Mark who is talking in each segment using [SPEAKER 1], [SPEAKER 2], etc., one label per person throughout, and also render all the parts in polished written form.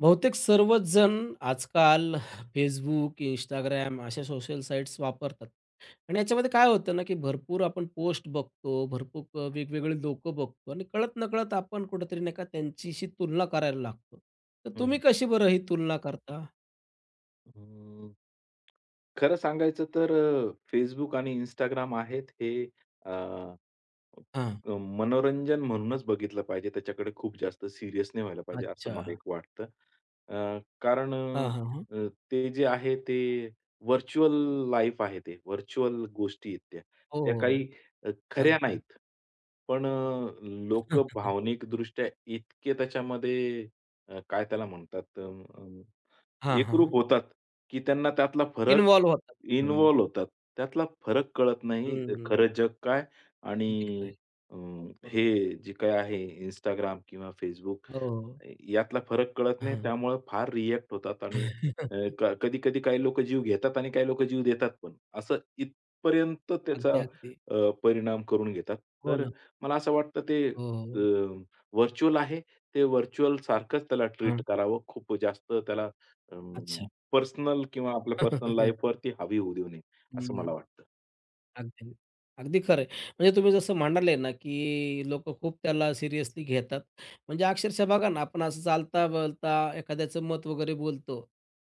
[SPEAKER 1] बहुतेक सर्वच जण आजकाल Facebook, इंस्टाग्राम अशा सोशल साईट्स वापरतात. आणि याच्यामध्ये काय होतं ना, की भरपूर आपण पोस्ट बघतो, भरपूर वेगवेगळे लोकं बघतो आणि कळत-नकळत आपण कुठेतरी नाही का त्यांच्याशी तुलना करायला लागतो. तर तुम्ही
[SPEAKER 2] हं.
[SPEAKER 1] कशी बरं ही तुलना करता?
[SPEAKER 2] अं, खरं सांगायचं तर Facebook आणि Instagram आहेत हे अ,
[SPEAKER 1] हां.
[SPEAKER 2] अ, मनोरंजन म्हणूनच बघितलं पाहिजे. त्याच्याकडे खूप जास्त सीरियस नाही व्हायला पाहिजे असं
[SPEAKER 1] अच्छा.
[SPEAKER 2] मला एक वाटतं. कारण
[SPEAKER 1] हां, हां, हां.
[SPEAKER 2] ते जे आहे ते व्हर्चुअल लाईफ आहे ते. व्हर्चुअल गोष्टी आहेत त्या.
[SPEAKER 1] हो,
[SPEAKER 2] त्या
[SPEAKER 1] हो.
[SPEAKER 2] काही खऱ्या
[SPEAKER 1] अगदी.
[SPEAKER 2] नाहीत. पण लोकं भावनिकदृष्ट्या इतके त्याच्यामध्ये काय त्याला म्हणतात?
[SPEAKER 1] हां,
[SPEAKER 2] एकरूप
[SPEAKER 1] हां.
[SPEAKER 2] होतात, की त्यांना त्यातला फरक
[SPEAKER 1] इन्व्हॉल्व होतात. हां.
[SPEAKER 2] इन्व्हॉल्व होतात. त्यातला फरक कळत नाही.
[SPEAKER 1] हं.
[SPEAKER 2] खरं जग काय
[SPEAKER 1] अगदी खरं
[SPEAKER 2] आणि
[SPEAKER 1] आहे.
[SPEAKER 2] अ,
[SPEAKER 1] हो.
[SPEAKER 2] हे जे काही आहे Instagram किंवा Facebook
[SPEAKER 1] हो.
[SPEAKER 2] यातला फरक कळत नाही
[SPEAKER 1] हां.
[SPEAKER 2] त्यामुळे फार रिएक्ट होतात आणि अ, क कधी-कधी काही लोकं जीव घेतात आणि काही लोकं जीव देतात पण. असं इथपर्यंत त्याचा
[SPEAKER 1] अगदी, अगदी.
[SPEAKER 2] परिणाम करून घेतात.
[SPEAKER 1] हो
[SPEAKER 2] तर
[SPEAKER 1] ना.
[SPEAKER 2] मला असं वाटतं ते
[SPEAKER 1] हो, हो.
[SPEAKER 2] आहे. ते व्हर्चुअल सारखंच त्याला ट्रीट करावं. खूप जास्त त्याला अं,
[SPEAKER 1] अच्छा.
[SPEAKER 2] पर्सनल किंवा आपल्या पर्सनल लाईफवरती हावी होऊ देऊ नये, असं मला
[SPEAKER 1] हं.
[SPEAKER 2] वाटतं.
[SPEAKER 1] अगदी, अगदी खरं आहे. म्हणजे तुम्ही जसं म्हणाले ना, की लोकं खूप त्याला सिरियसली घेतात. म्हणजे अक्षरशः बघा ना, आपण असं चालता-बोलता एखाद्याचं मत वगैरे बोलतो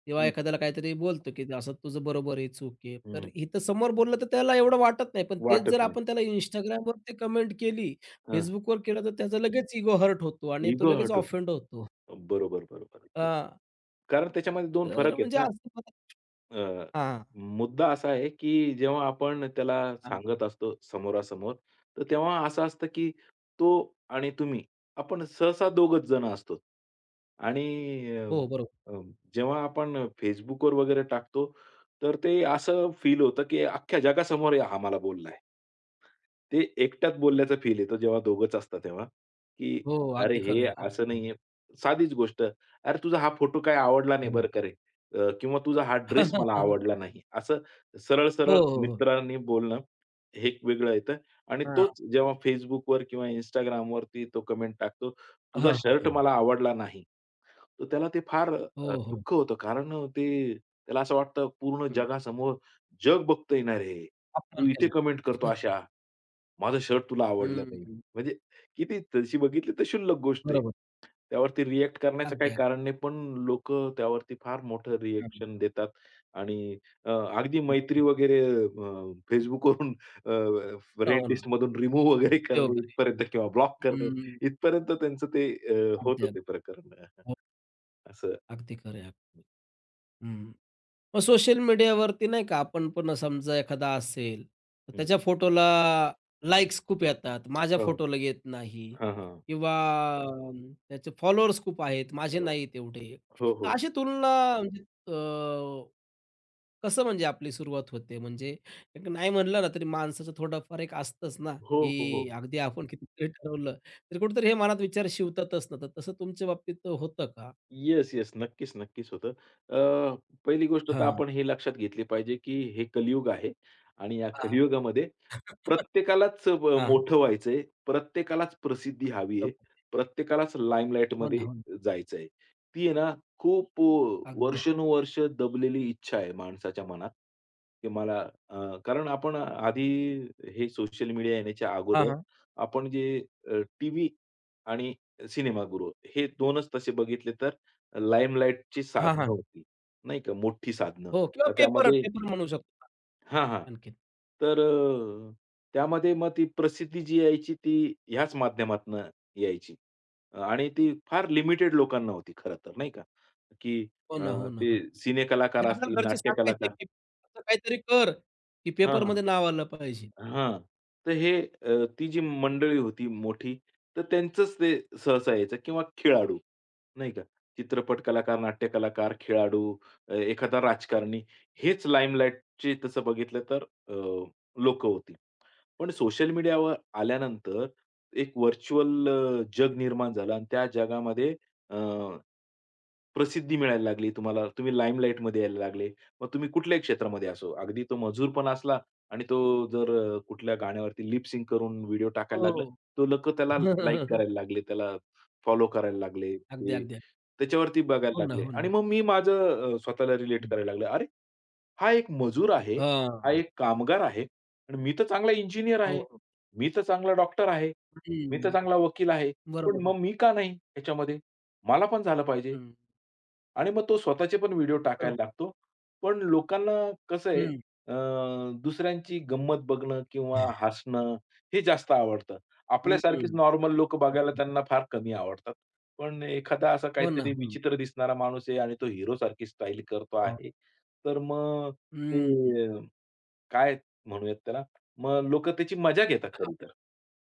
[SPEAKER 1] किंवा
[SPEAKER 2] हं,
[SPEAKER 1] एखाद्याला काहीतरी बोलतो, की असं तुझं बरोबर आहे, चूक आहे. तर
[SPEAKER 2] हं.
[SPEAKER 1] इथं समोर बोललं तर त्याला एवढं वाटत नाही. पण तेच
[SPEAKER 2] वाटत
[SPEAKER 1] जर
[SPEAKER 2] नाही.
[SPEAKER 1] आपण त्याला Instagramवर ते कमेंट केली, Facebookवर केलं, तर त्याचा लगेच इगो हर्ट होतो आणि तो
[SPEAKER 2] इगो
[SPEAKER 1] लगेच
[SPEAKER 2] हर्ट
[SPEAKER 1] ऑफेंड
[SPEAKER 2] होतो.
[SPEAKER 1] होतो.
[SPEAKER 2] बरोबर, बरोबर.
[SPEAKER 1] हां,
[SPEAKER 2] कारण त्याच्यामध्ये 2
[SPEAKER 1] तर
[SPEAKER 2] फरक आहेत
[SPEAKER 1] म्हणजे
[SPEAKER 2] ना.
[SPEAKER 1] असं
[SPEAKER 2] अ,
[SPEAKER 1] हां,
[SPEAKER 2] मुद्दा असा आहे, की जेव्हा आपण त्याला
[SPEAKER 1] हां.
[SPEAKER 2] सांगत असतो समोरासमोर, तर तेव्हा असं असतं, की तो आणि तुम्ही आपण सहसा दोघंच जण असतो. आणि अ,
[SPEAKER 1] हो, बरोबर.
[SPEAKER 2] अ, जेव्हा आपण Facebookवर वगैरे टाकतो, तर ते असं फील होतं, की अख्ख्या जगासमोर हा मला बोललाय. ते एकट्यात बोलल्याचा फील येतो जेव्हा दोघंच असतात तेव्हा, की
[SPEAKER 1] हो,
[SPEAKER 2] "अरे,
[SPEAKER 1] अगदी खरं
[SPEAKER 2] हे
[SPEAKER 1] आहे. हो,
[SPEAKER 2] असं
[SPEAKER 1] हो.
[SPEAKER 2] नाहीये." साधीच गोष्ट, "अरे, तुझा हा फोटो काय आवडला नाही
[SPEAKER 1] हं.
[SPEAKER 2] बरं का रे?" किंवा तुझा हा ड्रेस मला आवडला नाही. असं
[SPEAKER 1] हो,
[SPEAKER 2] सरळ-सरळ
[SPEAKER 1] हो, हो.
[SPEAKER 2] मित्रांनी बोलणं हे एक वेगळं येतं आणि
[SPEAKER 1] हां.
[SPEAKER 2] तोच जेव्हा Facebookवर किंवा Instagramवरती तो कमेंट टाकतो, "तुझा
[SPEAKER 1] हां, हां,
[SPEAKER 2] शर्ट
[SPEAKER 1] हां.
[SPEAKER 2] मला आवडला नाही." तर त्याला ते फार
[SPEAKER 1] हो, हो.
[SPEAKER 2] दुःख होतं कारण ते त्याला असं वाटतं पूर्ण
[SPEAKER 1] हं.
[SPEAKER 2] जगासमोर जग बघतंय ना रे! तू
[SPEAKER 1] अपमान
[SPEAKER 2] इथे
[SPEAKER 1] केला.
[SPEAKER 2] कमेंट करतो अशा. माझं शर्ट तुला आवडलं नाही.
[SPEAKER 1] हं.
[SPEAKER 2] म्हणजे किती तशी बघितली तर क्षुल्लक गोष्ट आहे.
[SPEAKER 1] बरोबर.
[SPEAKER 2] त्यावरती रिएक्ट करण्याचं काही
[SPEAKER 1] अगदी, अगदी.
[SPEAKER 2] कारण नाही. पण लोकं त्यावरती फार मोठं
[SPEAKER 1] हं,
[SPEAKER 2] रिएक्शन देतात आणि अगदी
[SPEAKER 1] हं,
[SPEAKER 2] मैत्री
[SPEAKER 1] हं.
[SPEAKER 2] वगैरे अ, Facebookवरून
[SPEAKER 1] हो ना.
[SPEAKER 2] फ्रेंड
[SPEAKER 1] हो ना.
[SPEAKER 2] लिस्टमधून रिमूव्ह वगैरे
[SPEAKER 1] उपयोग
[SPEAKER 2] करणे
[SPEAKER 1] आहे.
[SPEAKER 2] इथपर्यंत किंवा ब्लॉक करणे
[SPEAKER 1] हं.
[SPEAKER 2] इथपर्यंत त्यांचं ते
[SPEAKER 1] अगदी,
[SPEAKER 2] होतं
[SPEAKER 1] अगदी.
[SPEAKER 2] ते प्रकरण.
[SPEAKER 1] हो,
[SPEAKER 2] असं.
[SPEAKER 1] अगदी खरं आहे. हं. मग सोशल मीडियावरती नाही का आपण पण समजा एखादा असेल, तर
[SPEAKER 2] हं.
[SPEAKER 1] त्याच्या फोटोला लाइक्स खूप येतात, माझ्या
[SPEAKER 2] हो.
[SPEAKER 1] फोटोला येत नाही
[SPEAKER 2] हां, हां.
[SPEAKER 1] किंवा अ, त्याचे फॉलोअर्स खूप आहेत, माझे नाहीत एवढे.
[SPEAKER 2] हो, हो.
[SPEAKER 1] अशी तुलना म्हणजे कसं म्हणजे आपली सुरुवात होते? म्हणजे एक नाही म्हणलं ना, तरी माणसाचं थोडंफार एक असतंच ना,
[SPEAKER 2] हो, हो, हो.
[SPEAKER 1] की अगदी आपण कितीतरी ठरवलं, तरी कुठेतरी हे मनात विचार शिवतातच ना. तर तसं तुमच्या बाबतीत होतं का?
[SPEAKER 2] Yes, yes. नक्कीच, नक्कीच होतं. अ, पहिली गोष्ट तर
[SPEAKER 1] हां, हां.
[SPEAKER 2] आपण हे लक्षात घेतली पाहिजे, की हे कलियुग आहे आणि या
[SPEAKER 1] हां,
[SPEAKER 2] कलियुगामध्ये प्रत्येकालाच
[SPEAKER 1] हां.
[SPEAKER 2] मोठं व्हायचंय, प्रत्येकालाच प्रसिद्धी हवी आहे, प्रत्येकालाच
[SPEAKER 1] हो ना,
[SPEAKER 2] लाईमलाईटमध्ये
[SPEAKER 1] हो ना.
[SPEAKER 2] जायचं आहे. ती आहे ना खूप
[SPEAKER 1] अगदी.
[SPEAKER 2] वर्षानुवर्ष दबलेली इच्छा आहे माणसाच्या मनात, की मला कारण आपण आधी हे सोशल मीडिया येण्याच्या
[SPEAKER 1] हां,
[SPEAKER 2] अगोदर
[SPEAKER 1] हां.
[SPEAKER 2] आपण जे टीव्ही आणि सिनेमागृह हे 2च तसे बघितले तर लाईमलाईटची
[SPEAKER 1] हां,
[SPEAKER 2] साधनं
[SPEAKER 1] हां.
[SPEAKER 2] होती, नाही का, मोठी साधनं.
[SPEAKER 1] हो किंवा
[SPEAKER 2] तर
[SPEAKER 1] पेपर
[SPEAKER 2] त्यामध्ये
[SPEAKER 1] पेपर म्हणू शकतो
[SPEAKER 2] हां, हां.
[SPEAKER 1] आपण आणखीन.
[SPEAKER 2] तर त्यामध्ये मग ती प्रसिद्धी जी यायची ती ह्याच माध्यमातनं यायची आणि ती फार लिमिटेड लोकांना होती खरं तर, नाही का, की
[SPEAKER 1] हो
[SPEAKER 2] अ,
[SPEAKER 1] ना, हो ना, हो ना.
[SPEAKER 2] ते सिनेकलाकार
[SPEAKER 1] म्हणजे
[SPEAKER 2] असतील,
[SPEAKER 1] आपल्याला घरचे सांगायचे,
[SPEAKER 2] नाट्यकलाकार
[SPEAKER 1] की असं काहीतरी कर, की
[SPEAKER 2] हां, हां.
[SPEAKER 1] पेपरमध्ये नाव आलं पाहिजे.
[SPEAKER 2] हां. तर हे ती जी मंडळी होती मोठी, तर त्यांचंच ते सहसा यायचं किंवा खेळाडू, नाही का. चित्रपट कलाकार, नाट्य कलाकार, खेळाडू, एखादा राजकारणी हेच लाईमलाईटचे तसं बघितलं तर लोक होती. पण सोशल मीडियावर आल्यानंतर एक व्हर्चुअल जग निर्माण झालं आणि त्या जगामध्ये अ, प्रसिद्धी मिळायला लागली तुम्हाला. तुम्ही लाईमलाईटमध्ये यायला लागले. मग तुम्ही कुठल्याही क्षेत्रामध्ये असो, अगदी तो मजूर पण असला आणि तो जर कुठल्या गाण्यावरती लिप करून व्हिडिओ टाकायला लागला,
[SPEAKER 1] हो.
[SPEAKER 2] तो लोकं त्याला लाईक करायला लागले, त्याला फॉलो करायला लागले.
[SPEAKER 1] अगदी,
[SPEAKER 2] ते
[SPEAKER 1] अगदी. अगदी.
[SPEAKER 2] त्याच्यावरती बघायला
[SPEAKER 1] हो ना,
[SPEAKER 2] लागले
[SPEAKER 1] हो
[SPEAKER 2] आणि
[SPEAKER 1] ना.
[SPEAKER 2] मग मी माझं स्वतःला रिलेट करायला लागलो. अरे! हा एक मजूर आहे, हा
[SPEAKER 1] हां.
[SPEAKER 2] एक कामगार आहे आणि मी तर चांगला इंजिनिअर
[SPEAKER 1] हो,
[SPEAKER 2] आहे,
[SPEAKER 1] हो.
[SPEAKER 2] मी तर चांगला डॉक्टर आहे, मी तर
[SPEAKER 1] हं,
[SPEAKER 2] चांगला वकील आहे. पण
[SPEAKER 1] बरोबर.
[SPEAKER 2] मग मी का नाही ह्याच्यामध्ये? मला पण झालं पाहिजे.
[SPEAKER 1] हं,
[SPEAKER 2] आणि मग तो स्वतःचे पण व्हिडिओ
[SPEAKER 1] हो.
[SPEAKER 2] टाकायला लागतो. पण लोकांना कसं आहे
[SPEAKER 1] हं,
[SPEAKER 2] अ, दुसऱ्यांची गंमत बघणं किंवा हसणं हे जास्त आवडतं.
[SPEAKER 1] हं,
[SPEAKER 2] आपल्यासारखीच
[SPEAKER 1] हं.
[SPEAKER 2] नॉर्मल लोक बघायला त्यांना फार कमी आवडतात. पण एखादा असा
[SPEAKER 1] हो ना,
[SPEAKER 2] काहीतरी
[SPEAKER 1] हो ना.
[SPEAKER 2] विचित्र दिसणारा माणूस आहे आणि तो हिरोसारखी स्टाईल करतो
[SPEAKER 1] हो.
[SPEAKER 2] आहे, तर मग ते
[SPEAKER 1] हं,
[SPEAKER 2] काय म्हणूयात त्याला, मग लोकं त्याची मजा घेतात खरी
[SPEAKER 1] हां,
[SPEAKER 2] तर.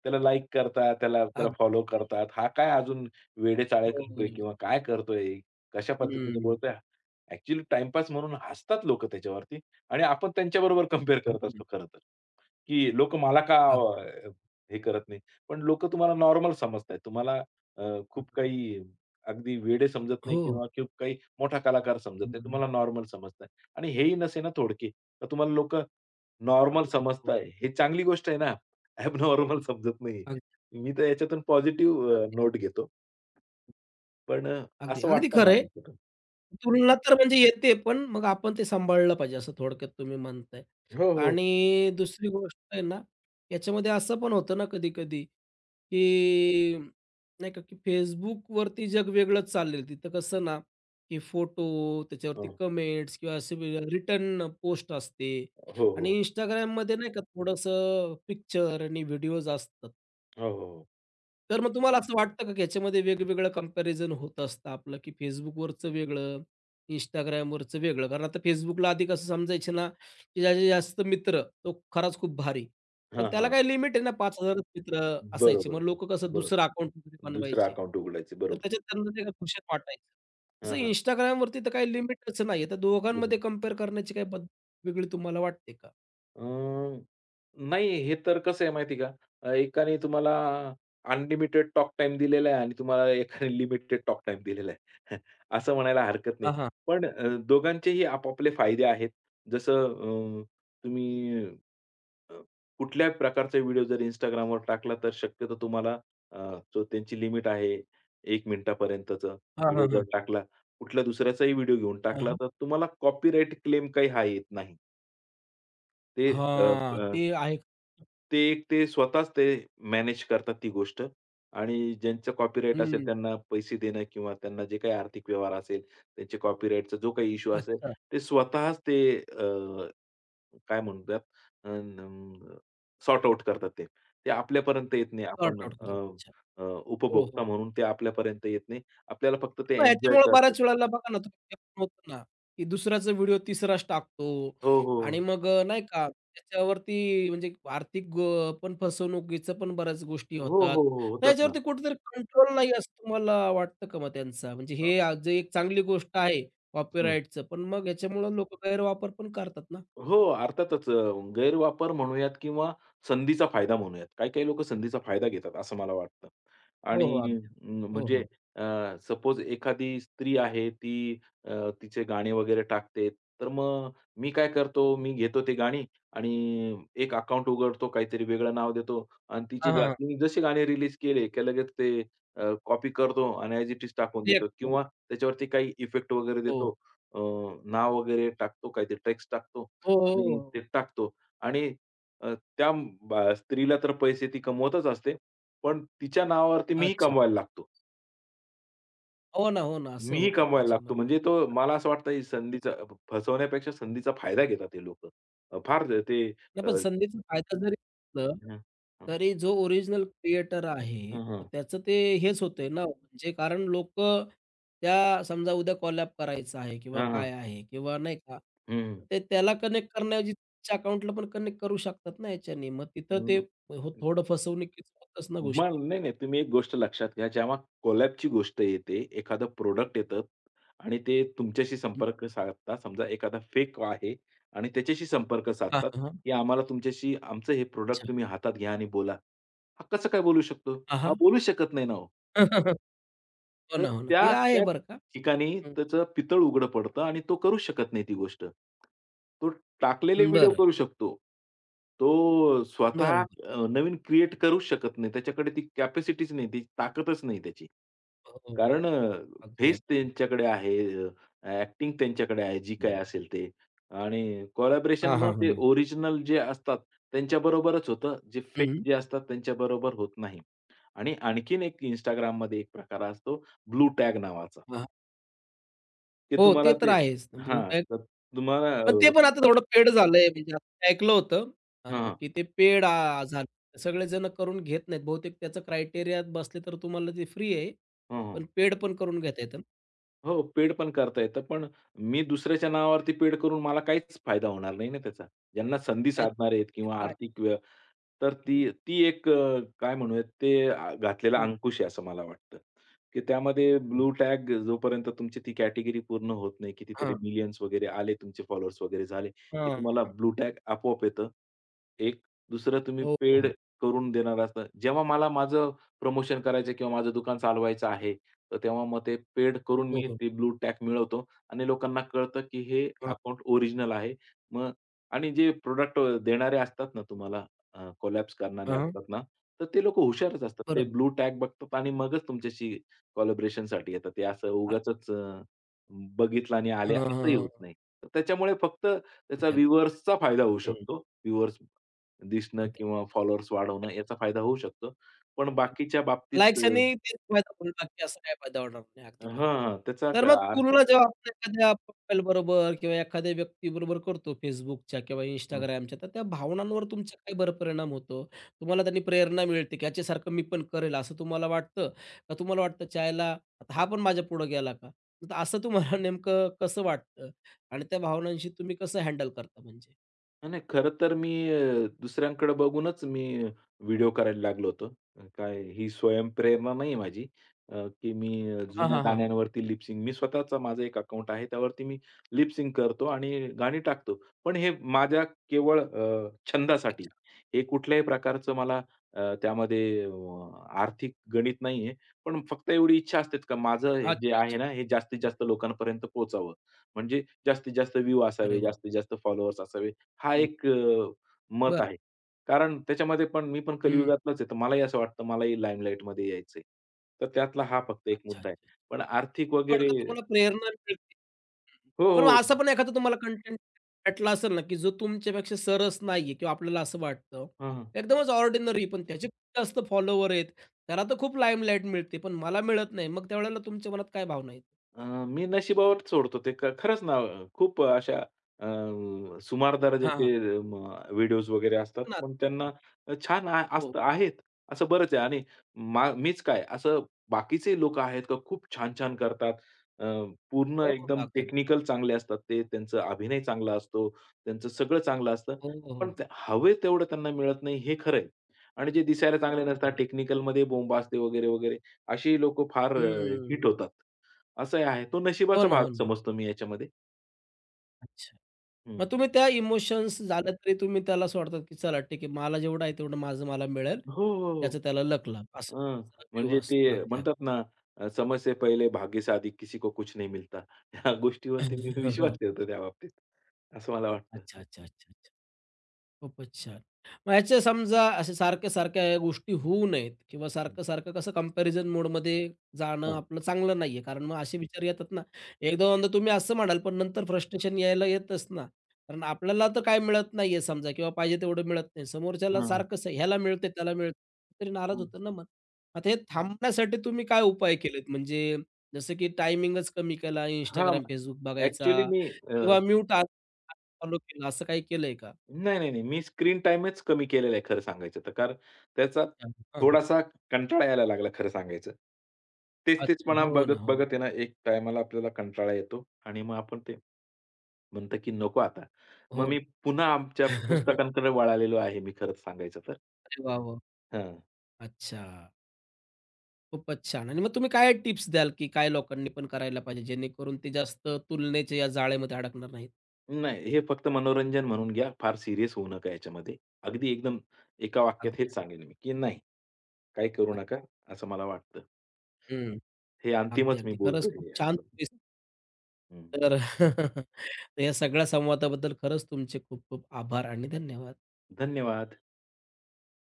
[SPEAKER 2] त्याला लाइक करतात, त्याला त्याला
[SPEAKER 1] अगदी.
[SPEAKER 2] फॉलो करतात. हा काय अजून वेडे-चाळे
[SPEAKER 1] हो,
[SPEAKER 2] करतोय
[SPEAKER 1] हं,
[SPEAKER 2] किंवा काय करतोय, कशा पद्धतीने बोलतोय. ॲक्चुअली टाईमपास म्हणून हसतात लोकं त्याच्यावरती आणि आपण त्यांच्याबरोबर कंपेअर
[SPEAKER 1] हो
[SPEAKER 2] करत असतो
[SPEAKER 1] ना.
[SPEAKER 2] खरं तर, की लोकं मला का
[SPEAKER 1] अगदी.
[SPEAKER 2] हे करत नाही. पण लोकं तुम्हाला नॉर्मल समजतायत. तुम्हाला अ, खूप काही अगदी वेडे समजत नाही
[SPEAKER 1] हो.
[SPEAKER 2] किंवा खूप काही मोठा कलाकार समजत नाही.
[SPEAKER 1] हं,
[SPEAKER 2] तुम्हाला नॉर्मल समजताय आणि हेही नसे ना थोडके, तर तुम्हाला लोकं नॉर्मल
[SPEAKER 1] हो. हो.
[SPEAKER 2] समजताय. हे चांगली गोष्ट आहे ना. ॲबनॉर्मल समजत नाहीये.
[SPEAKER 1] अगदी,
[SPEAKER 2] मी तर याच्यातून पॉझिटिव्ह
[SPEAKER 1] अगदी.
[SPEAKER 2] नोट घेतो. पण
[SPEAKER 1] अगदी,
[SPEAKER 2] असं
[SPEAKER 1] अगदी
[SPEAKER 2] वाटतं
[SPEAKER 1] खरं
[SPEAKER 2] मला
[SPEAKER 1] आहे.
[SPEAKER 2] याच्यातून.
[SPEAKER 1] तुलना तर म्हणजे येते, पण मग आपण ते सांभाळलं पाहिजे असं थोडक्यात तुम्ही म्हणताय.
[SPEAKER 2] हो, हो.
[SPEAKER 1] आणि दुसरी गोष्ट आहे ना, याच्यामध्ये असं पण होतं ना कधी-कधी, की नाही का, की Facebookवरती जग वेगळंच चाललेलं. तिथं कसं ना, की फोटो, त्याच्यावरती
[SPEAKER 2] हो,
[SPEAKER 1] कमेंट्स किंवा असे रिटर्न पोस्ट असते
[SPEAKER 2] हो,
[SPEAKER 1] आणि
[SPEAKER 2] हो.
[SPEAKER 1] Instagramमध्ये नाही का थोडंसं पिक्चर आणि व्हिडिओज असतात.
[SPEAKER 2] हो, हो.
[SPEAKER 1] तर मग तुम्हाला असं वाटतं का की ह्याच्यामध्ये वेगवेगळं कंपॅरिझन होत असतं आपलं, की Facebookवरचं वेगळं, Instagramवरचं वेगळं? कारण आता Facebookला आधी कसं समजायचे ना, की ज्याचे जास्त मित्र तो खराच खूप भारी. पण
[SPEAKER 2] हां,
[SPEAKER 1] त्याला
[SPEAKER 2] हां.
[SPEAKER 1] काही लिमिट आहे ना, 5,000च मित्र असायचे.
[SPEAKER 2] बरोबर,
[SPEAKER 1] मग लोकं कसं
[SPEAKER 2] बरोबर.
[SPEAKER 1] दुसरं अकाउंट
[SPEAKER 2] दुसरं
[SPEAKER 1] बनवायचे.
[SPEAKER 2] अकाउंट उघडायचं.
[SPEAKER 1] तर
[SPEAKER 2] बरोबर.
[SPEAKER 1] त्याच्यात त्यांना ते खुशाल वाटायचं. तसं
[SPEAKER 2] हां, हां.
[SPEAKER 1] Instagramवरती तर काही लिमिटच नाही तर दोघांमध्ये
[SPEAKER 2] बरोबर.
[SPEAKER 1] कंपेअर करण्याची काही पद्धत वेगळी तुम्हाला वाटते का?
[SPEAKER 2] अ नाही, हे तर कसं आहे माहिती का? एकाने तुम्हाला अनलिमिटेड टॉक टाइम दिलेला आहे आणि तुम्हाला एकाने लिमिटेड टॉक टाइम दिलेला आहे. असं म्हणायला हरकत नाही.
[SPEAKER 1] हां, हां.
[SPEAKER 2] पण दोघांचेही आपापले फायदे आहेत. जसं अ, तुम्ही अ, कुठल्या प्रकारचा व्हिडिओ जर Instagramवर टाकला तर शक्यतो तुम्हाला तो त्यांची लिमिट आहे 1 मिनिटापर्यंतचा
[SPEAKER 1] हां,
[SPEAKER 2] व्हिडिओ
[SPEAKER 1] हां,
[SPEAKER 2] जर
[SPEAKER 1] हां.
[SPEAKER 2] टाकला. कुठला दुसऱ्याचाही व्हिडिओ घेऊन
[SPEAKER 1] हां,
[SPEAKER 2] टाकला
[SPEAKER 1] हां.
[SPEAKER 2] तर तुम्हाला कॉपीराइट क्लेम काही हा येत नाही. ते
[SPEAKER 1] ते आहे.
[SPEAKER 2] ते एक ते स्वतःच ते मॅनेज करतात ती गोष्ट आणि ज्यांचं कॉपीराइट असेल
[SPEAKER 1] हं.
[SPEAKER 2] त्यांना पैसे देणं किंवा त्यांना जे काही आर्थिक व्यवहार असेल, त्यांचे कॉपीराइटचा जो काही इश्यू असेल,
[SPEAKER 1] अच्छा.
[SPEAKER 2] ते स्वतःच ते काय म्हणतात अ, न सॉर्ट आउट करतात ते. ते आपल्यापर्यंत येत नाही.
[SPEAKER 1] सॉर्ट
[SPEAKER 2] आपण
[SPEAKER 1] आउट
[SPEAKER 2] अ,
[SPEAKER 1] करतात. अच्छा.
[SPEAKER 2] अ,
[SPEAKER 1] हो, हो.
[SPEAKER 2] उपभोक्ता म्हणून ते आपल्यापर्यंत येत नाही. आपल्याला फक्त
[SPEAKER 1] पण
[SPEAKER 2] ते
[SPEAKER 1] मग
[SPEAKER 2] एन्जॉय
[SPEAKER 1] ह्याच्यामुळे
[SPEAKER 2] करतात.
[SPEAKER 1] बऱ्याच वेळेला बघा ना, तुम्ही ते पण होतं ना, की दुसऱ्याचा व्हिडिओ तिसराच टाकतो
[SPEAKER 2] हो,
[SPEAKER 1] आणि
[SPEAKER 2] हो.
[SPEAKER 1] मग नाही का त्याच्यावरती म्हणजे आर्थिक पण फसवणुकीचं पण बऱ्याच गोष्टी
[SPEAKER 2] हो, हो,
[SPEAKER 1] होतात.
[SPEAKER 2] हो. हो.
[SPEAKER 1] तर
[SPEAKER 2] होतात ना.
[SPEAKER 1] याच्यावरती कुठेतरी कंट्रोल नाही असं तुम्हाला वाटतं का मग त्यांचा? म्हणजे
[SPEAKER 2] अ,
[SPEAKER 1] हे जे एक चांगली गोष्ट आहे कॉपीराइटचं, पण मग ह्याच्यामुळे लोकं गैरवापर पण करतात ना?
[SPEAKER 2] हो, अर्थातच गैरवापर म्हणूयात किंवा संधीचा फायदा म्हणूयात. काही-काही लोक संधीचा फायदा घेतात असं मला वाटतं.
[SPEAKER 1] हो, हो.
[SPEAKER 2] आणि
[SPEAKER 1] अगदी. हो,
[SPEAKER 2] म्हणजे
[SPEAKER 1] हो.
[SPEAKER 2] सपोज एखादी स्त्री आहे ती तिचे गाणे वगैरे टाकते. तर मग मी काय करतो, मी घेतो ते गाणी आणि एक अकाउंट उघडतो, काहीतरी वेगळं नाव देतो आणि तिची
[SPEAKER 1] हां, हां,
[SPEAKER 2] गा
[SPEAKER 1] हां.
[SPEAKER 2] मी जसे गाणे रिलीज केले की लगेच ते कॉपी करतो आणि ॲज इट इज टाकून देतो
[SPEAKER 1] रिएक्ट हो.
[SPEAKER 2] किंवा त्याच्यावरती काही इफेक्ट वगैरे देतो.
[SPEAKER 1] हो,
[SPEAKER 2] अ, नाव वगैरे टाकतो, काहीतरी टेक्स्ट टाकतो
[SPEAKER 1] हो, हो,
[SPEAKER 2] आणि
[SPEAKER 1] हो.
[SPEAKER 2] ते टाकतो आणि अ, त्या स्त्रीला तर पैसे ती कमवतच असते. पण तिच्या नावावरती मीही
[SPEAKER 1] अच्छा.
[SPEAKER 2] कमवायला लागतो.
[SPEAKER 1] हो ना, हो ना. असं
[SPEAKER 2] मीही
[SPEAKER 1] होतं
[SPEAKER 2] कमवायला लागतो.
[SPEAKER 1] त्याच्यामध्ये.
[SPEAKER 2] म्हणजे तो मला असं वाटतं ही संधीचा फसवण्यापेक्षा संधीचा फायदा घेतात हे लोक, फार ते
[SPEAKER 1] नाही
[SPEAKER 2] अ,
[SPEAKER 1] पण संधीचा फायदा जरी घेतलं,
[SPEAKER 2] हं, हं,
[SPEAKER 1] तरी जो ओरिजिनल क्रिएटर आहे,
[SPEAKER 2] हं,
[SPEAKER 1] तर
[SPEAKER 2] हं.
[SPEAKER 1] त्याचं ते हेच होतंय ना, म्हणजे कारण लोक त्या समजा उद्या कोलॅब करायचं आहे किंवा काय आहे किंवा नाही का,
[SPEAKER 2] हं, हं.
[SPEAKER 1] ते त्याला कनेक्ट करण्याऐवजी तुमच्या अकाउंटला पण कनेक्ट करू शकतात ना याच्याने. मग तिथं ते हो
[SPEAKER 2] हं.
[SPEAKER 1] थोडं फसवणुकीचं होतच ना
[SPEAKER 2] मग
[SPEAKER 1] गोष्टी.
[SPEAKER 2] नाही, नाही. तुम्ही एक गोष्ट लक्षात घ्या, जेव्हा कोलॅबची गोष्ट येते, एखादं प्रोडक्ट येतं आणि ते तुमच्याशी
[SPEAKER 1] हं.
[SPEAKER 2] संपर्क साधतात. समजा एखादा फेक आहे आणि त्याच्याशी संपर्क
[SPEAKER 1] हां,
[SPEAKER 2] साधतात,
[SPEAKER 1] हां, हां.
[SPEAKER 2] की आम्हाला तुमच्याशी आमचं हे प्रोडक्ट
[SPEAKER 1] अच्छा.
[SPEAKER 2] तुम्ही हातात घ्या आणि बोला. हा कसं काय बोलू शकतो?
[SPEAKER 1] हां,
[SPEAKER 2] हा
[SPEAKER 1] हां.
[SPEAKER 2] बोलू शकत नाही ना हो.
[SPEAKER 1] हो
[SPEAKER 2] तर
[SPEAKER 1] ना, हो ना. ते
[SPEAKER 2] त्या,
[SPEAKER 1] आहे
[SPEAKER 2] त्या
[SPEAKER 1] बरं का.
[SPEAKER 2] ठिकाणी
[SPEAKER 1] हं.
[SPEAKER 2] त्याचं पितळ उघडं पडतं आणि तो करूच शकत नाही ती गोष्ट. तो टाकलेले व्हिडिओ
[SPEAKER 1] बरं,
[SPEAKER 2] करू शकतो. तो स्वतः
[SPEAKER 1] बरोबर.
[SPEAKER 2] नवीन क्रिएट करूच शकत नाही. त्याच्याकडे ती कॅपॅसिटीच नाही, ती ताकदच नाही त्याची.
[SPEAKER 1] हो, हो. हो.
[SPEAKER 2] कारण
[SPEAKER 1] अगदी,
[SPEAKER 2] फेस
[SPEAKER 1] अगदी.
[SPEAKER 2] त्यांच्याकडे आहे, अ, ॲक्टिंग त्यांच्याकडे आहे, जी काही
[SPEAKER 1] हं.
[SPEAKER 2] असेल ते आणि कोलॅबोरेशन
[SPEAKER 1] हां,
[SPEAKER 2] मग
[SPEAKER 1] हां,
[SPEAKER 2] ते
[SPEAKER 1] हां.
[SPEAKER 2] ओरिजिनल जे असतात त्यांच्याबरोबरच होतं. जे फेक
[SPEAKER 1] हं.
[SPEAKER 2] जे असतात त्यांच्याबरोबर होत नाही. आणि आणखीन एक Instagramमध्ये एक प्रकार असतो ब्लू टॅग नावाचा. ते
[SPEAKER 1] हो,
[SPEAKER 2] तुम्हाला
[SPEAKER 1] ते तर
[SPEAKER 2] ते
[SPEAKER 1] आहेच.
[SPEAKER 2] हां,
[SPEAKER 1] BlueTag
[SPEAKER 2] तर तुम्हाला
[SPEAKER 1] पण ते पण आता थोडं पेड झालंय म्हणजे असं ऐकलं होतं
[SPEAKER 2] हां, हां.
[SPEAKER 1] की ते पेड झालं सगळेजण करून घेत नाहीत. बहुतेक त्याचं क्रायटेरियात बसले तर तुम्हाला ते फ्री आहे.
[SPEAKER 2] हं, हं.
[SPEAKER 1] पण पेड पण करून घेता येतं ना.
[SPEAKER 2] हो, पेड पण करता येतं. पण मी दुसऱ्याच्या नावावरती पेड करून मला काहीच फायदा होणार नाही ना त्याचा. ज्यांना संधी
[SPEAKER 1] काय
[SPEAKER 2] साधणार
[SPEAKER 1] हां,
[SPEAKER 2] आहेत
[SPEAKER 1] ते
[SPEAKER 2] किंवा
[SPEAKER 1] तर आहे.
[SPEAKER 2] आर्थिक व्य तर ती ती एक काय म्हणूयात ते घातलेला
[SPEAKER 1] हं,
[SPEAKER 2] अंकुश आहे असं मला वाटतं, की त्यामध्ये
[SPEAKER 1] हो.
[SPEAKER 2] ब्लू टॅग जोपर्यंत तुमची ती कॅटेगरी पूर्ण होत नाही, कितीतरी
[SPEAKER 1] हां,
[SPEAKER 2] मिलियन्स वगैरे आले, तुमचे फॉलोअर्स वगैरे झाले, की तुम्हाला ब्लू टॅग आपोआप येतं. एक दुसरं तुम्ही
[SPEAKER 1] हो,
[SPEAKER 2] पेड
[SPEAKER 1] हो,
[SPEAKER 2] करून देणार असता. जेव्हा मला माझं प्रमोशन करायचं आहे किंवा माझं दुकान चालवायचं आहे, तर तेव्हा मग ते पेड करून
[SPEAKER 1] हो,
[SPEAKER 2] मी
[SPEAKER 1] हो.
[SPEAKER 2] ते ब्लू टॅग मिळवतो आणि लोकांना कळतं, की हे
[SPEAKER 1] हां,
[SPEAKER 2] अकाउंट ओरिजिनल आहे. मग आणि जे प्रॉडक्ट देणारे असतात ना तुम्हाला कोलॅप्स करणारे
[SPEAKER 1] हां.
[SPEAKER 2] असतात ना, तर ते लोक हुशारच असतात. ते
[SPEAKER 1] बरोबर.
[SPEAKER 2] ब्लू टॅग बघतात आणि मगच तुमच्याशी कोलॅबोरेशनसाठी येतात. ते असं
[SPEAKER 1] हां,
[SPEAKER 2] उगाचच बघितलं आणि आले
[SPEAKER 1] हां, हां,
[SPEAKER 2] असंही होत
[SPEAKER 1] हां.
[SPEAKER 2] नाही. तर त्याच्यामुळे फक्त त्याचा
[SPEAKER 1] अगदी, अगदी.
[SPEAKER 2] व्ह्यूअर्सचा फायदा होऊ
[SPEAKER 1] हं,
[SPEAKER 2] शकतो. व्ह्यूअर्स दिसणं
[SPEAKER 1] अगदी.
[SPEAKER 2] किंवा फॉलोअर्स वाढवणं याचा फायदा होऊ शकतो. पण बाकीच्या बाबतीत
[SPEAKER 1] लाईक्सनी तेच फायदा होईल, बाकी असं काय फायदा होणार नाही. अगदी
[SPEAKER 2] हां,
[SPEAKER 1] खरं आहे.
[SPEAKER 2] हां. त्याचा
[SPEAKER 1] तर मग
[SPEAKER 2] आर्थिक.
[SPEAKER 1] पूर्ण जेव्हा आपण एखाद्या प्रोफाइल बरोबर किंवा एखाद्या व्यक्तीबरोबर करतो Facebookच्या किंवा
[SPEAKER 2] हं,
[SPEAKER 1] Instagramच्या, तर त्या भावनांवर तुमचा काय बरं परिणाम होतो? तुम्हाला त्यांनी प्रेरणा मिळते, की याच्यासारखं मी पण करेल असं तुम्हाला वाटतं? का तुम्हाला वाटतं "चायला आता हा पण माझ्या पुढं गेला का?" तर असं तुम्हाला नेमकं कसं वाटतं? आणि त्या भावनांशी तुम्ही कसं हँडल करता म्हणजे?
[SPEAKER 2] नाही, नाही. खरं तर मी दुसऱ्यांकडे बघूनच मी व्हिडिओ करायला लागलो होतो. काय ही स्वयंप्रेरणा नाही माझी की मी हो.
[SPEAKER 1] हां,
[SPEAKER 2] जुन्या
[SPEAKER 1] हां, हां.
[SPEAKER 2] गाण्यांवरती लिप सिंग मी स्वतःचा माझा एक अकाउंट आहे. त्यावरती मी लिप करतो आणि गाणी टाकतो. पण हे माझ्या केवळ छंदासाठी.
[SPEAKER 1] अच्छा.
[SPEAKER 2] हे कुठल्याही प्रकारचं मला त्यामध्ये आर्थिक गणित नाहीये. पण फक्त एवढी इच्छा असतेच का माझं हे जे
[SPEAKER 1] अच्छा,
[SPEAKER 2] आहे
[SPEAKER 1] अच्छा.
[SPEAKER 2] ना, हे जास्तीत
[SPEAKER 1] हं.
[SPEAKER 2] जास्त लोकांपर्यंत पोहोचावं. म्हणजे जास्तीत जास्त व्ह्यू
[SPEAKER 1] अरे
[SPEAKER 2] असावे,
[SPEAKER 1] वाह!
[SPEAKER 2] जास्तीत जास्त फॉलोअर्स असावे. हा
[SPEAKER 1] हं.
[SPEAKER 2] एक मत
[SPEAKER 1] बरं.
[SPEAKER 2] आहे. कारण त्याच्यामध्ये पण मी पण
[SPEAKER 1] हं.
[SPEAKER 2] कलियुगातलाच आहे, तर मलाही असं वाटतं मलाही लाईमलाईटमध्ये यायचंय. तर त्यातला हा फक्त एक
[SPEAKER 1] अच्छा,
[SPEAKER 2] मुद्दा आहे.
[SPEAKER 1] अच्छा.
[SPEAKER 2] पण आर्थिक वगैरे
[SPEAKER 1] थोडक्यात तुम्हाला प्रेरणा मिळते. हं.
[SPEAKER 2] हो,
[SPEAKER 1] बरोबर
[SPEAKER 2] हो.
[SPEAKER 1] असा पण एखादा तुम्हाला कंटेंट भेटला असेल ना, की जो तुमच्यापेक्षा सरस नाहीये किंवा आपल्याला असं वाटतं.
[SPEAKER 2] हं, हं.
[SPEAKER 1] एकदमच ऑर्डिनरी पण त्याचे खूप जास्त फॉलोवर आहेत. त्याला तर खूप लाईमलाईट मिळते, पण मला मिळत नाही. मग त्यावेळेला तुमच्या मनात काय भावना येते?
[SPEAKER 2] अ, मी नशिबावर सोडतो ते. खरंच ना, खूप अशा अ, सुमार
[SPEAKER 1] हां,
[SPEAKER 2] दर्जाचे
[SPEAKER 1] हां.
[SPEAKER 2] व्हिडिओज वगैरे असतात.
[SPEAKER 1] हो ना.
[SPEAKER 2] पण त्यांना छान आ
[SPEAKER 1] हो.
[SPEAKER 2] असतं आहेत, असं बरंच आहे. आणि मीच काय, असं बाकीचे लोकं आहेत का खूप छान-छान करतात. अ, पूर्ण
[SPEAKER 1] हो, हो.
[SPEAKER 2] एकदम
[SPEAKER 1] अगदी, अगदी.
[SPEAKER 2] टेक्निकल चांगले असतात ते. त्यांचा अभिनय चांगला असतो. त्यांचं सगळं चांगलं असतं.
[SPEAKER 1] हो,
[SPEAKER 2] पण
[SPEAKER 1] हो.
[SPEAKER 2] ते हवे तेवढं त्यांना मिळत नाही, हे खरं आणि जे दिसायला चांगले
[SPEAKER 1] हो,
[SPEAKER 2] नसतात,
[SPEAKER 1] हो.
[SPEAKER 2] टेक्निकलमध्ये बोंब असते वगैरे, वगैरे, अशी लोकं फार हिट
[SPEAKER 1] हं.
[SPEAKER 2] होतात. असं आहे. तो
[SPEAKER 1] हो
[SPEAKER 2] नशिबाचा
[SPEAKER 1] ना,
[SPEAKER 2] भाग
[SPEAKER 1] हो ना.
[SPEAKER 2] समजतो मी याच्यामध्ये.
[SPEAKER 1] अच्छा.
[SPEAKER 2] हं.
[SPEAKER 1] मग तुम्ही त्या इमोशन्स झालं तरी तुम्ही त्याला सोडतात, की चला ठीक आहे, मला जेवढं आहे तेवढं माझं मला मिळेल,
[SPEAKER 2] हो, हो, हो.
[SPEAKER 1] त्याचं त्याला लक लाभ. असं
[SPEAKER 2] हं.
[SPEAKER 1] तुमचा व्ह्यू
[SPEAKER 2] म्हणजे ते
[SPEAKER 1] असतो. अगदी,
[SPEAKER 2] म्हणतात ना, "समय से पहिले भाग्य से आधी किसी को कुछ नहीं मिलता." ह्या गोष्टीवरती मी
[SPEAKER 1] अगदी.
[SPEAKER 2] विश्वास ठेवतो त्या बाबतीत. असं मला वाटतं.
[SPEAKER 1] अच्छा, अच्छा, अच्छा. खूपच छान. मग याच्या समजा अशा सारख्या-सारख्या या गोष्टी होऊ नयेत किंवा
[SPEAKER 2] हं.
[SPEAKER 1] सारखं-सारखं कसं कंपॅरिझन मोडमध्ये जाणं
[SPEAKER 2] हां.
[SPEAKER 1] आपलं चांगलं नाहीये. कारण मग असे विचार येतात ना, एकदा-दोनदा तुम्ही असं म्हणाल, पण नंतर फ्रस्ट्रेशन यायला येतच ना. कारण आपल्याला तर काय मिळत नाहीये समजा किंवा पाहिजे तेवढं मिळत नाही. समोरच्याला
[SPEAKER 2] हां, हां.
[SPEAKER 1] सारखंच आहे, ह्याला मिळतंय, त्याला मिळतंय. तरी नाराज
[SPEAKER 2] हं.
[SPEAKER 1] होतं ना मन. आता हे थांबण्यासाठी तुम्ही काय उपाय केलेत? म्हणजे जसं की टायमिंगच कमी केला
[SPEAKER 2] हां.
[SPEAKER 1] Instagram, Facebook
[SPEAKER 2] ॲक्चुअली
[SPEAKER 1] बघायचा
[SPEAKER 2] मी अ
[SPEAKER 1] किंवा म्यूट अनफॉलो केला, असं काही केलंय का?
[SPEAKER 2] नाही, नाही, नाही. मी स्क्रीन टाईमच कमी केलेला आहे खरं सांगायचं तर. कारण त्याचा
[SPEAKER 1] अच्छा. हां, हां.
[SPEAKER 2] थोडासा कंटाळा यायला लागला खरं सांगायचं.
[SPEAKER 1] अच्छा.
[SPEAKER 2] तेच-तेचपणा
[SPEAKER 1] हो
[SPEAKER 2] बघत,
[SPEAKER 1] ना, हो ना.
[SPEAKER 2] बघत आहे ना एक टाईमाला आपल्याला कंटाळा येतो आणि मग आपण ते म्हणतो की नको आता. मग
[SPEAKER 1] हो.
[SPEAKER 2] मी पुन्हा आमच्या पुस्तकांकडे वळालेलो आहे मी खरंच सांगायचं तर.
[SPEAKER 1] अरे वाह, वाह!
[SPEAKER 2] हां.
[SPEAKER 1] अच्छा. खूपच छान. आणि मग तुम्ही काय टिप्स द्याल, की काय लोकांनी पण करायला पाहिजे, जेणेकरून ते जास्त तुलनेच्या या जाळेमध्ये अडकणार नाहीत?
[SPEAKER 2] नाही हे फक्त मनोरंजन म्हणून घ्या. फार सीरियस होऊ नका याच्यामध्ये. अगदी एकदम एका वाक्यात हेच
[SPEAKER 1] अगदी.
[SPEAKER 2] सांगेन मी की नाही काही करू नका असं मला वाटतं.
[SPEAKER 1] हं.
[SPEAKER 2] हे
[SPEAKER 1] अगदी,
[SPEAKER 2] अंतिमच मी
[SPEAKER 1] अगदी. खरंच खूप
[SPEAKER 2] बोलतोय
[SPEAKER 1] छान
[SPEAKER 2] असं.
[SPEAKER 1] टिप्स
[SPEAKER 2] हं.
[SPEAKER 1] तर तर या सगळ्या संवादाबद्दल खरंच तुमचे खूप खूप आभार आणि धन्यवाद.
[SPEAKER 2] धन्यवाद.